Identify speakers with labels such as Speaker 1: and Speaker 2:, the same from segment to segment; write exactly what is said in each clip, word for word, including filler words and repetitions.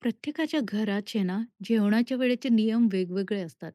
Speaker 1: प्रत्येकाच्या घराचे ना, जेवणाच्या वेळेचे नियम वेगवेगळे असतात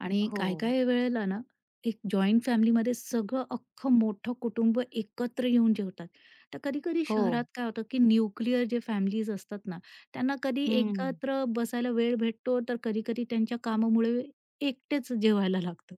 Speaker 1: आणि
Speaker 2: हो,
Speaker 1: काही-काही वेळेला ना, एक जॉइंट फॅमिलीमध्ये सगळं अख्खं मोठं कुटुंब एकत्र येऊन जेवतात. तर कधी-कधी
Speaker 2: हो.
Speaker 1: शहरात काय होतं, की न्यूक्लिअर जे फॅमिलीज असतात ना, त्यांना कधी
Speaker 2: हं.
Speaker 1: एकत्र बसायला वेळ भेटतो, तर कधी-कधी त्यांच्या कामामुळे एकटेच जेवायला लागतं.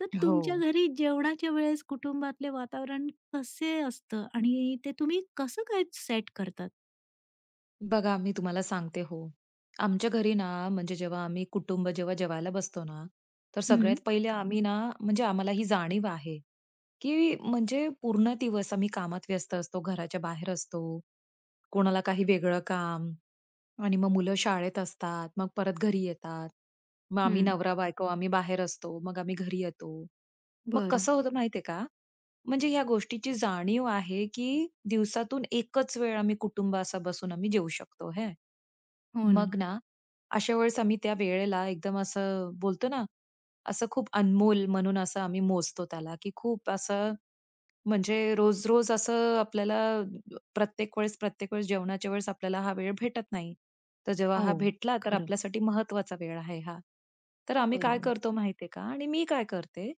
Speaker 1: तर
Speaker 2: हो.
Speaker 1: तुमच्या घरी जेवणाच्या वेळेस कुटुंबातले वातावरण कसे असतं आणि ते तुम्ही कसं काय सेट करतात?
Speaker 2: बघा मी तुम्हाला सांगते हो. आमच्या घरी ना, म्हणजे जेव्हा आम्ही कुटुंब जेव्हा जेवायला बसतो ना, तर
Speaker 1: हं,
Speaker 2: सगळ्यात पहिले आम्ही ना, म्हणजे आम्हाला ही जाणीव आहे, की म्हणजे पूर्ण दिवस आम्ही कामात व्यस्त असतो, घराच्या बाहेर असतो, कोणाला काही वेगळं काम आणि मग मुलं शाळेत असतात, मग परत घरी येतात. मग आम्ही
Speaker 1: हं.
Speaker 2: नवरा-बायको आम्ही बाहेर असतो, मग आम्ही घरी येतो. मग
Speaker 1: बरं.
Speaker 2: कसं होतं माहितीये का? म्हणजे ह्या गोष्टीची जाणीव आहे, की दिवसातून एकच वेळ आम्ही कुटुंब असा बसून आम्ही जेवू शकतो हे.
Speaker 1: हो ना.
Speaker 2: मग ना, अशा वेळेस आम्ही त्या वेळेला एकदम असं बोलतो ना, असं खूप अनमोल म्हणून असं आम्ही मोजतो त्याला, की खूप असं म्हणजे रोज-रोज असं आपल्याला प्रत्येक वेळेस, प्रत्येक वेळेस जेवणाच्या वेळेस आपल्याला हा वेळ भेटत नाही. तर जेव्हा
Speaker 1: हो,
Speaker 2: हा भेटला तर
Speaker 1: खरं.
Speaker 2: आपल्यासाठी महत्त्वाचा वेळ आहे हा. तर आम्ही काय
Speaker 1: बरोबर.
Speaker 2: करतो माहिती आहे का आणि मी काय करते,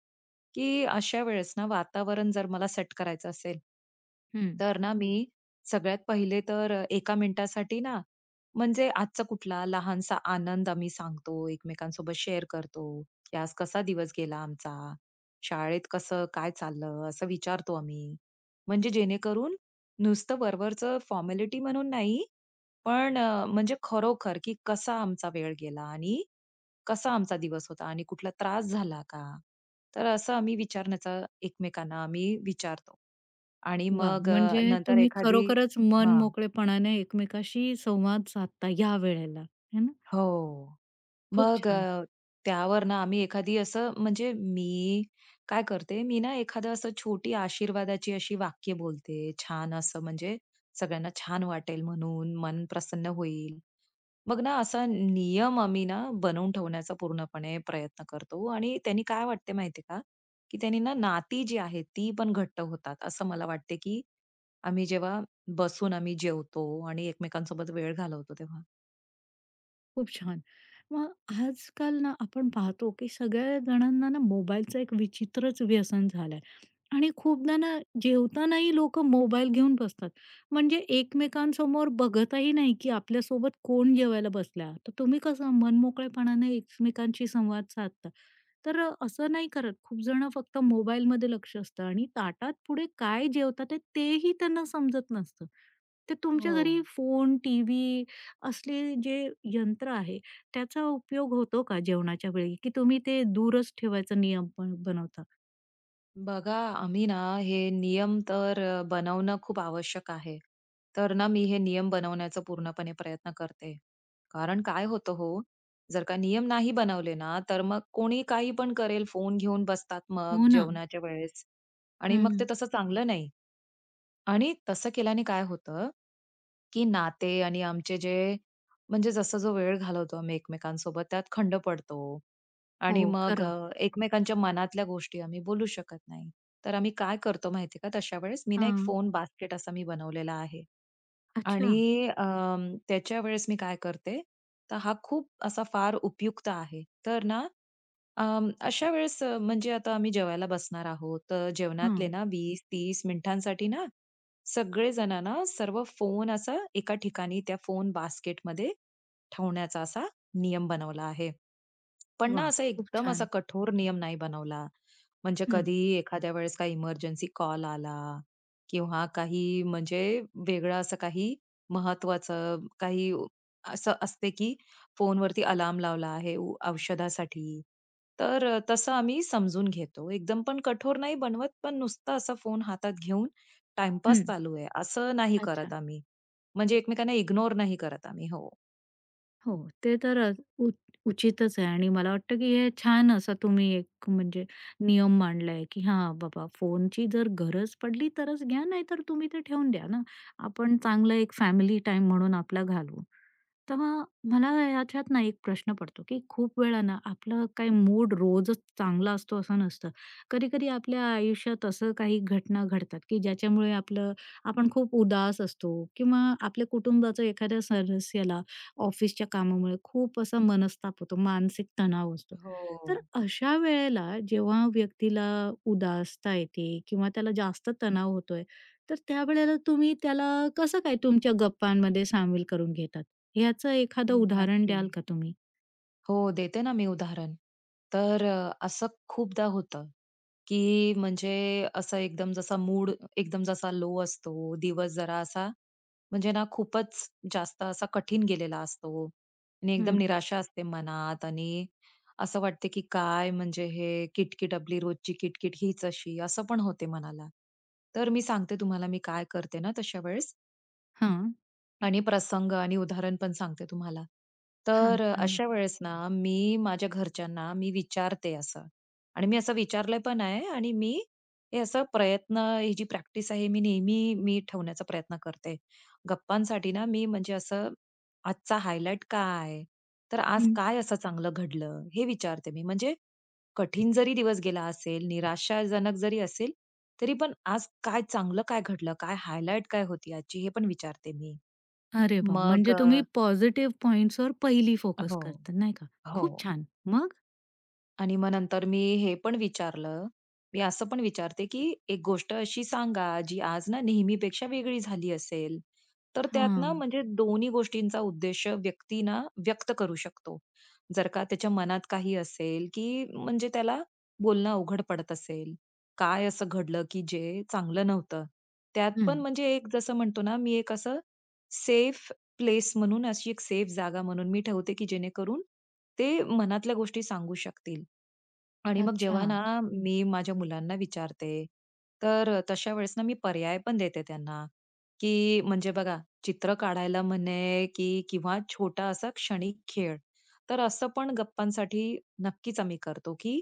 Speaker 2: की अशा वेळेस ना वातावरण जर मला सेट करायचं असेल,
Speaker 1: हं.
Speaker 2: तर ना मी सगळ्यात पहिले तर एका मिनिटासाठी ना, म्हणजे आजचा कुठला लहानसा आनंद आम्ही सांगतो, एकमेकांसोबत शेअर करतो, की आज कसा दिवस गेला आमचा. शाळेत कसं काय चाललं असं विचारतो आम्ही. म्हणजे जेणेकरून नुसतं वरवरचं फॉर्मॅलिटी म्हणून नाही, पण अ, म्हणजे खरोखर की कसा आमचा वेळ गेला आणि कसा आमचा दिवस होता आणि कुठला त्रास झाला का? तर असं आम्ही विचारण्याचा एकमेकांना आम्ही विचारतो आणि
Speaker 1: वाह!
Speaker 2: मग अ,
Speaker 1: म्हणजे
Speaker 2: नंतर
Speaker 1: तुम्ही
Speaker 2: एखादी
Speaker 1: खरोखरच मन
Speaker 2: हां.
Speaker 1: मोकळेपणाने एकमेकाशी संवाद साधता या वेळेला, है ना?
Speaker 2: हो.
Speaker 1: खूप
Speaker 2: मग
Speaker 1: छान,
Speaker 2: अ, त्यावर ना आम्ही एखादी असं म्हणजे मी काय करते, मी ना एखादं असं छोटी आशीर्वादाची अशी वाक्य बोलते. छान असं म्हणजे सगळ्यांना छान वाटेल म्हणून, मन प्रसन्न होईल. मग ना असा नियम आम्ही ना बनवून ठेवण्याचा पूर्णपणे प्रयत्न करतो आणि त्यांनी काय वाटते माहिती का, की त्यांनी ना नाती जी आहेत ती पण घट्ट होतात. असं मला वाटते, की आम्ही जेव्हा बसून आम्ही जेवतो आणि एकमेकांसोबत वेळ घालवतो तेव्हा.
Speaker 1: खूप छान. मग आजकाल ना आपण पाहतो, की सगळ्या जणांना ना मोबाईलचं एक विचित्रच व्यसन झालंय आणि खूपदा ना जेवतानाही लोकं मोबाईल घेऊन बसतात. म्हणजे एकमेकांसमोर बघतही नाही, की आपल्यासोबत कोण जेवायला बसला. तर तुम्ही कसं मन मोकळेपणाने एकमेकांशी संवाद साधता? तर अ, असं नाही करत. खूप जण फक्त मोबाईलमध्ये लक्ष असतं आणि ताटात पुढे काय जेवतात आहे तेही त्यांना समजत नसतं. ते तुमच्या
Speaker 2: हो.
Speaker 1: घरी फोन, टीव्ही असले जे यंत्र आहे, त्याचा उपयोग होतो का जेवणाच्या वेळी? की तुम्ही ते दूरच ठेवायचा नियम पण बनवता?
Speaker 2: बघा, आम्ही ना हे नियम तर अ, बनवणं खूप आवश्यक आहे. तर ना मी हे नियम बनवण्याचा पूर्णपणे प्रयत्न करते. कारण काय होतं हो, जर का नियम नाही बनवले ना, तर मग कोणी काही पण करेल, फोन घेऊन बसतात मग
Speaker 1: हो ना.
Speaker 2: जेवणाच्या वेळेस आणि मग ते
Speaker 1: हं.
Speaker 2: तसं चांगलं नाही. आणि तसं केल्याने काय होतं, की नाते आणि आमचे जे म्हणजे जसा जो वेळ घालवतो आम्ही एकमेकांसोबत त्यात खंड पडतो.
Speaker 1: हो,
Speaker 2: आणि मग
Speaker 1: खरं.
Speaker 2: अ, एकमेकांच्या मनातल्या गोष्टी आम्ही बोलू शकत नाही. तर आम्ही काय करतो माहिती आहे का, तशा वेळेस मी ना एक
Speaker 1: हां.
Speaker 2: फोन बास्केट असा मी बनवलेला आहे.
Speaker 1: अच्छा.
Speaker 2: आणि अम, त्याच्या वेळेस मी काय करते, तर हा खूप असा फार उपयुक्त आहे. तर ना, अम, अशा वेळेस अ, म्हणजे आता आम्ही जेवायला बसणार आहोत, तर जेवणातले
Speaker 1: हां.
Speaker 2: ना वीस ते तीस मिनिटांसाठी ना, सगळेजण ना सर्व फोन असा एका ठिकाणी त्या फोन बास्केटमध्ये ठेवण्याचा असा नियम बनवला आहे. पण ना
Speaker 1: वाह!
Speaker 2: असा
Speaker 1: खूप
Speaker 2: एकदम असा
Speaker 1: छान.
Speaker 2: कठोर नियम नाही बनवला. म्हणजे
Speaker 1: हं.
Speaker 2: कधी एखाद्या वेळेस काही इमर्जन्सी कॉल आला किंवा काही म्हणजे वेगळं असं काही महत्वाचं काही असं असते की फोनवरती अलार्म लावला आहे उ- औषधासाठी. तर अ, तसं आम्ही समजून घेतो. एकदम पण कठोर नाही बनवत, पण नुसता असा फोन हातात घेऊन टाईमपास
Speaker 1: हं.
Speaker 2: चालू आहे, असं नाही
Speaker 1: अच्छा.
Speaker 2: करत आम्ही. म्हणजे एकमेकांना इग्नोर नाही करत आम्ही. हो.
Speaker 1: हो, ते तर अ, उ उचितच आहे आणि मला वाटतं, की हे छान असा तुम्ही एक म्हणजे नियम मांडलाय, की हां, बाबा फोनची जर गरज पडली तरच घ्या, नाही तर तुम्ही ते ठेवून द्या ना. आपण चांगला एक फॅमिली टाइम म्हणून आपला घालवू. तर मग मला ह्याच्यात ना एक प्रश्न पडतो, की खूप वेळा ना आपलं काही मूड रोजच चांगला असतो असं नसतं. कधी-कधी आपल्या आयुष्यात असं काही घटना घडतात, की ज्याच्यामुळे आपलं आपण खूप उदास असतो किंवा आपल्या कुटुंबाचं एखाद्या सदस्याला ऑफिसच्या कामामुळे खूप असा मनस्ताप होतो, मानसिक तणाव असतो.
Speaker 2: हो.
Speaker 1: तर अशा वेळेला जेव्हा व्यक्तीला उदासता येते किंवा त्याला जास्त तणाव होतोय, तर त्यावेळेला तुम्ही त्याला कसं काय तुमच्या गप्पांमध्ये सामील करून घेतात? ह्याचं एखादं उदाहरण
Speaker 2: नक्की.
Speaker 1: द्याल का तुम्ही?
Speaker 2: हो, देते ना मी उदाहरण. तर अ, असं खूपदा होतं, की म्हणजे असं एकदम जसा मूड एकदम जसा लो असतो, दिवस जरा असा म्हणजे ना खूपच जास्त असा कठीण गेलेला असतो आणि एकदम
Speaker 1: हं.
Speaker 2: निराशा असते मनात आणि असं वाटते की काय म्हणजे हे किटकिट आपली रोजची किटकिट हीच अशी असं पण होते मनाला. तर मी सांगते तुम्हाला मी काय करते ना तशा वेळेस,
Speaker 1: हां.
Speaker 2: आणि प्रसंग आणि उदाहरण पण सांगते तुम्हाला.
Speaker 1: हां,
Speaker 2: तर अ,
Speaker 1: सांगा.
Speaker 2: अशा वेळेस ना, मी माझ्या घरच्यांना मी विचारते असं आणि मी असं विचारलं पण आहे आणि मी हे असं प्रयत्न ही जी प्रॅक्टिस आहे, मी नेहमी मी ठेवण्याचा प्रयत्न करते. गप्पांसाठी ना, मी म्हणजे असं आजचा हायलाइट काय तर आज
Speaker 1: हं.
Speaker 2: काय असं चांगलं घडलं? हे विचारते मी. म्हणजे कठीण जरी दिवस गेला असेल, निराशाजनक जरी असेल, तरी पण आज काय चांगलं काय घडलं? काय हायलाइट काय होती आजची? हे पण विचारते मी.
Speaker 1: अरे वाह!
Speaker 2: मग
Speaker 1: म्हणजे तुम्ही पॉझिटिव्ह पॉइंट्सवर पहिली
Speaker 2: अ,
Speaker 1: फोकस
Speaker 2: हो,
Speaker 1: करता, नाही का? खूप
Speaker 2: हो.
Speaker 1: छान. मग?
Speaker 2: आणि मग नंतर मी हे पण विचारलं. मी असं पण विचारते, की एक गोष्ट अशी सांगा, जी आज ना नेहमीपेक्षा वेगळी झाली असेल. तर त्यात ना
Speaker 1: हां.
Speaker 2: म्हणजे दोन्ही गोष्टींचा उद्देश व्यक्ती ना व्यक्त करू शकतो. जर का त्याच्या मनात काही असेल, की म्हणजे त्याला बोलणं अवघड पडत असेल. काय असं घडलं, की जे चांगलं नव्हतं? त्यात पण
Speaker 1: हं.
Speaker 2: म्हणजे एक जसं म्हणतो ना, मी एक असं सेफ प्लेस म्हणून, अशी एक सेफ जागा म्हणून मी ठेवते, की जेणेकरून ते मनातल्या गोष्टी सांगू शकतील. आणि मग
Speaker 1: अच्छा.
Speaker 2: जेव्हा ना मी माझ्या मुलांना विचारते, तर अ, तशा वेळेस ना मी पर्याय पण देते त्यांना, की म्हणजे बघा चित्र काढायला म्हणे, की किंवा छोटा असा क्षणिक खेळ. तर असं पण गप्पांसाठी नक्कीच आम्ही करतो, की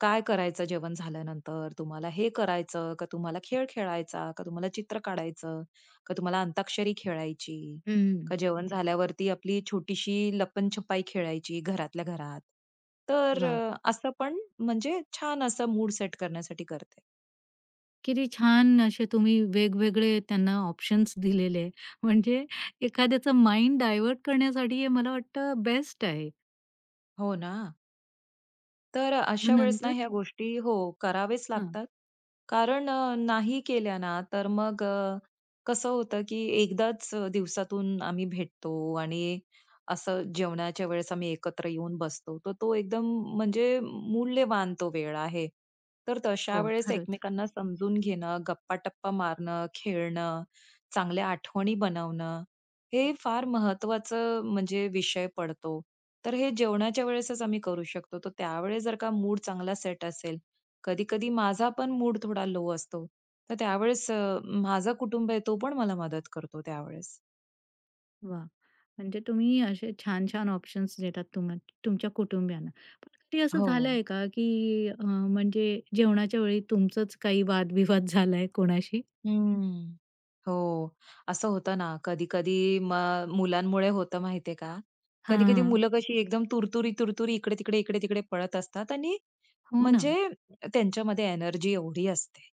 Speaker 2: काय करायचं जेवण झाल्यानंतर? तुम्हाला हे करायचं, का तुम्हाला खेळ खेळायचा, का तुम्हाला चित्र काढायचं, का तुम्हाला अंताक्षरी खेळायची?
Speaker 1: हं.
Speaker 2: का जेवण झाल्यावरती आपली छोटीशी लपन-छपाई खेळायची घरातल्या घरात. तर
Speaker 1: वाह!
Speaker 2: अ, असं पण म्हणजे छान असं मूड सेट करण्यासाठी करते.
Speaker 1: किती छान असे तुम्ही वेगवेगळे त्यांना ऑप्शन्स दिलेले. आहे. म्हणजे एखाद्याचं माइंड डायव्हर्ट करण्यासाठी हे मला वाटतं बेस्ट आहे.
Speaker 2: हो ना. तर
Speaker 1: मग
Speaker 2: अशा वेळेस ना
Speaker 1: नंतर
Speaker 2: ह्या गोष्टी हो करावेच
Speaker 1: हां.
Speaker 2: लागतात. कारण अ, नाही केल्या ना तर मग अ, कसं होतं की एकदाच अ, दिवसातून आम्ही भेटतो आणि असं जेवणाच्या वेळेस आम्ही एकत्र येऊन बसतो. तर तो एकदम म्हणजे मूल्यवान तो वेळ आहे. तर तशा
Speaker 1: हो,
Speaker 2: वेळेस
Speaker 1: खरंच.
Speaker 2: एकमेकांना समजून घेणं, गप्पा-टप्पा मारणं, खेळणं, चांगल्या आठवणी बनवणं, हे फार महत्वाचं म्हणजे विषय पडतो. तर हे जेवणाच्या वेळेसच आम्ही करू शकतो. तर त्यावेळेस जर का मूड चांगला सेट असेल, कधी-कधी माझा पण मूड थोडा लो असतो. तर त्यावेळेस अ, माझा कुटुंब आहे तो पण मला मदत करतो त्यावेळेस.
Speaker 1: वाह! म्हणजे तुम्ही असे छान-छान ऑप्शन्स देतात तुम तुमच्या कुटुंबियांना. पण कधी असं
Speaker 2: हो.
Speaker 1: झालंय का, की अ, म्हणजे जेवणाच्या वेळी तुमचंच काही वादविवाद झालाय कोणाशी?
Speaker 2: हं. हो. असं होतं ना, कधी-कधी मग मुलांमुळे होतं माहितीये का? कधी-कधी
Speaker 1: हां.
Speaker 2: मुलं कशी एकदम तुरतुरी, तुरतुरी इकडे-तिकडे, इकडे-तिकडे पळत असतात आणि
Speaker 1: हो ना.
Speaker 2: म्हणजे त्यांच्यामध्ये एनर्जी एवढी असते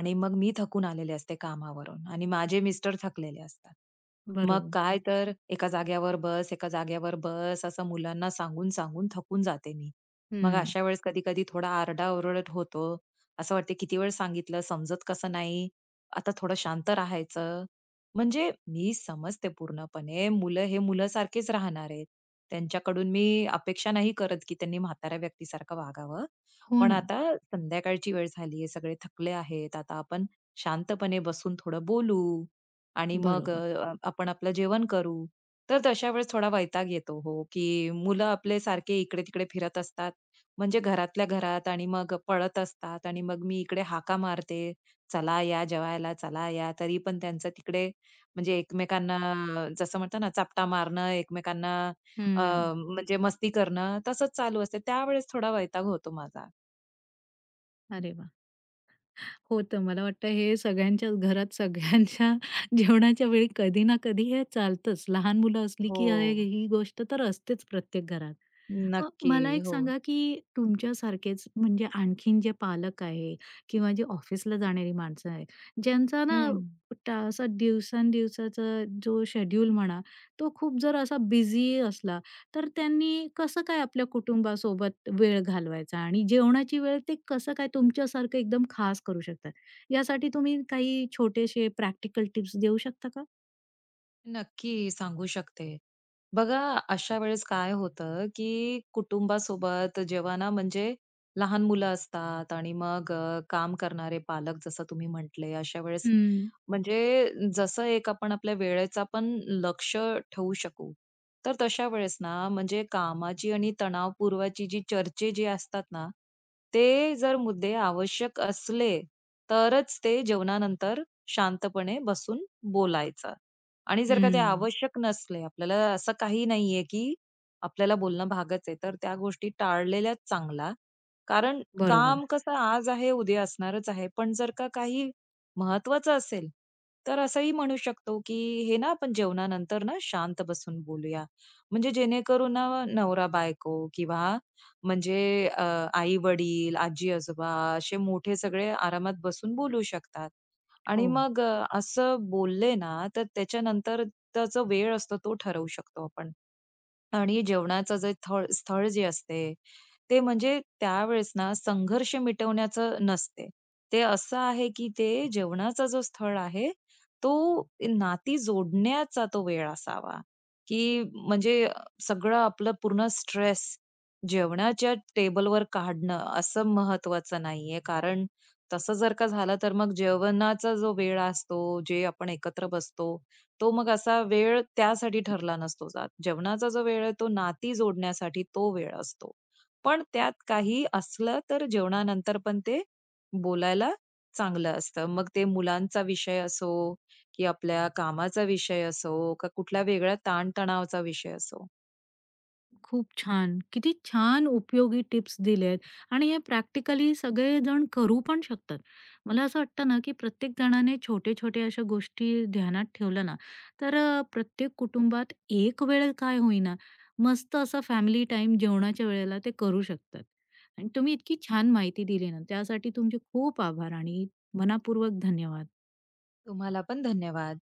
Speaker 2: आणि मग मी थकून आलेले असते कामावरून आणि माझे मिस्टर थकलेले असतात. मग
Speaker 1: बरोबर.
Speaker 2: काय तर एका जाग्यावर बस, एका जाग्यावर बस असं मुलांना सांगून, सांगून थकून जाते मी. मग
Speaker 1: हं.
Speaker 2: अशा वेळेस कधी-कधी थोडा आरडा होतो. असं वाटते किती वेळ सांगितलं, समजत कसं नाही? आता थोडं शांत राहायचं. म्हणजे मी समजते पूर्णपणे मुलं हे मुलासारखेच राहणार आहेत. त्यांच्याकडून मी अपेक्षा नाही करत की त्यांनी म्हाताऱ्या व्यक्तीसारखं वागावं.
Speaker 1: हो
Speaker 2: पण
Speaker 1: ना.
Speaker 2: आता संध्याकाळची वेळ झालीये, सगळे थकले आहेत. आता आपण शांतपणे बसून थोडं बोलू आणि मग
Speaker 1: बरोबर.
Speaker 2: अ, आपण आपलं जेवण करू. तर तशा वेळेस थोडा वैताग येतो हो, की मुलं आपले सारखे इकडे-तिकडे फिरत असतात. म्हणजे घरातल्या घरात आणि मग पळत असतात आणि मग मी इकडे हाका मारते, "चला या जेवायला, चला या." तरी पण त्यांचं तिकडे म्हणजे एकमेकांना जसं म्हणतात ना, चापटा मारणं, एकमेकांना अ,
Speaker 1: हं.
Speaker 2: म्हणजे मस्ती करणं तसंच चालू असते. त्यावेळेस थोडा वैताग होतो माझा.
Speaker 1: अरे वाह! होतं. मला वाटतं हे सगळ्यांच्याच घरात सगळ्यांच्या जेवणाच्या वेळी कधी ना कधी हे चालतंच. लहान मुलं असली
Speaker 2: हो.
Speaker 1: की हे ही गोष्ट तर असतेच प्रत्येक घरात. मग
Speaker 2: नक्की.
Speaker 1: मला एक
Speaker 2: हो.
Speaker 1: सांगा की तुमच्यासारखेच म्हणजे आणखीन जे पालक आहे किंवा जे ऑफिसला जाणारी माणसं आहे, ज्यांचा ना
Speaker 2: हं.
Speaker 1: टा असा दिवसांदिवसाचा जो शेड्यूल म्हणा, तो खूप जर असा बिझी असला तर त्यांनी कसं काय आपल्या कुटुंबासोबत वेळ घालवायचा आणि जेवणाची वेळ ते कसं काय तुमच्यासारखं एकदम खास करू शकतात? यासाठी तुम्ही काही छोटेसे प्रॅक्टिकल टिप्स देऊ शकता का?
Speaker 2: नक्की सांगू शकते. बघा अशा वेळेस काय होतं, की कुटुंबासोबत जेव्हा ना म्हणजे लहान मुलं असतात आणि मग अ, काम करणारे पालक जसं तुम्ही म्हटले, अशा वेळेस
Speaker 1: हं,
Speaker 2: म्हणजे जसं एक आपण आपल्या वेळेचा पण लक्ष ठेवू शकू. तर तशा वेळेस ना म्हणजे कामाची आणि तणावपूर्वाची जी चर्चे जी असतात ना, ते जर मुद्दे आवश्यक असले, तरच ते जेवणानंतर शांतपणे बसून बोलायचं. आणि जर का ते
Speaker 1: हं.
Speaker 2: आवश्यक नसले, आपल्याला असं काही नाहीये, की आपल्याला बोलणं भागच आहे, तर त्या गोष्टी टाळलेल्याच चांगला. कारण
Speaker 1: बरोबर.
Speaker 2: काम कसं आज आहे, उद्या असणारच आहे. पण जर का काही महत्त्वाचं असेल, तर असंही म्हणू शकतो, की "हे ना, आपण जेवणानंतर ना, शांत बसून बोलूया." म्हणजे जेणेकरून ना, नवरा-बायको किंवा म्हणजे आई-वडील, आजी-आजोबा असे मोठे सगळे आरामात बसून बोलू शकतात.
Speaker 1: हो.
Speaker 2: आणि मग अ, असं बोलले ना, तर त्याच्यानंतरचा जो वेळ असतो तो ठरवू शकतो आपण. आणि जेवणाचं जे थळ स्थळ जे असते, ते म्हणजे त्यावेळेस ना संघर्ष मिटवण्याचं नसते. ते असं आहे की ते जेवणाचा जो स्थळ आहे, तो नाती जोडण्याचा तो वेळ असावा, की म्हणजे सगळं आपलं पूर्ण स्ट्रेस जेवणाच्या टेबलवर काढणं असं महत्वाचं नाहीये. कारण तसं जर का झालं तर मग जेवणाचा जो वेळ असतो, जे आपण एकत्र बसतो, तो मग असा वेळ त्यासाठी ठरला नसतो जात. जेवणाचा जो वेळ आहे तो नाती जोडण्यासाठी तो वेळ असतो. पण त्यात काही असलं तर जेवणानंतर पण ते बोलायला चांगलं असतं. मग ते मुलांचा विषय असो, की आपल्या कामाचा विषय असो, का कुठला वेगळा ताणतणावाचा विषय असो.
Speaker 1: खूप छान. किती छान उपयोगी टिप्स दिल्यात आणि हे प्रॅक्टिकली सगळेजण करू पण शकतात. मला असं वाटतं ना, की प्रत्येक जणाने छोटे-छोटे अशा गोष्टी ध्यानात ठेवल्या ना, तर अ, प्रत्येक कुटुंबात एक वेळ काय होईना, मस्त असं फॅमिली टाईम जेवणाच्या वेळेला ते करू शकतात. आणि तुम्ही इतकी छान माहिती दिली ना, त्यासाठी तुमचे खूप आभार आणि मनापूर्वक धन्यवाद.
Speaker 2: तुम्हाला पण धन्यवाद.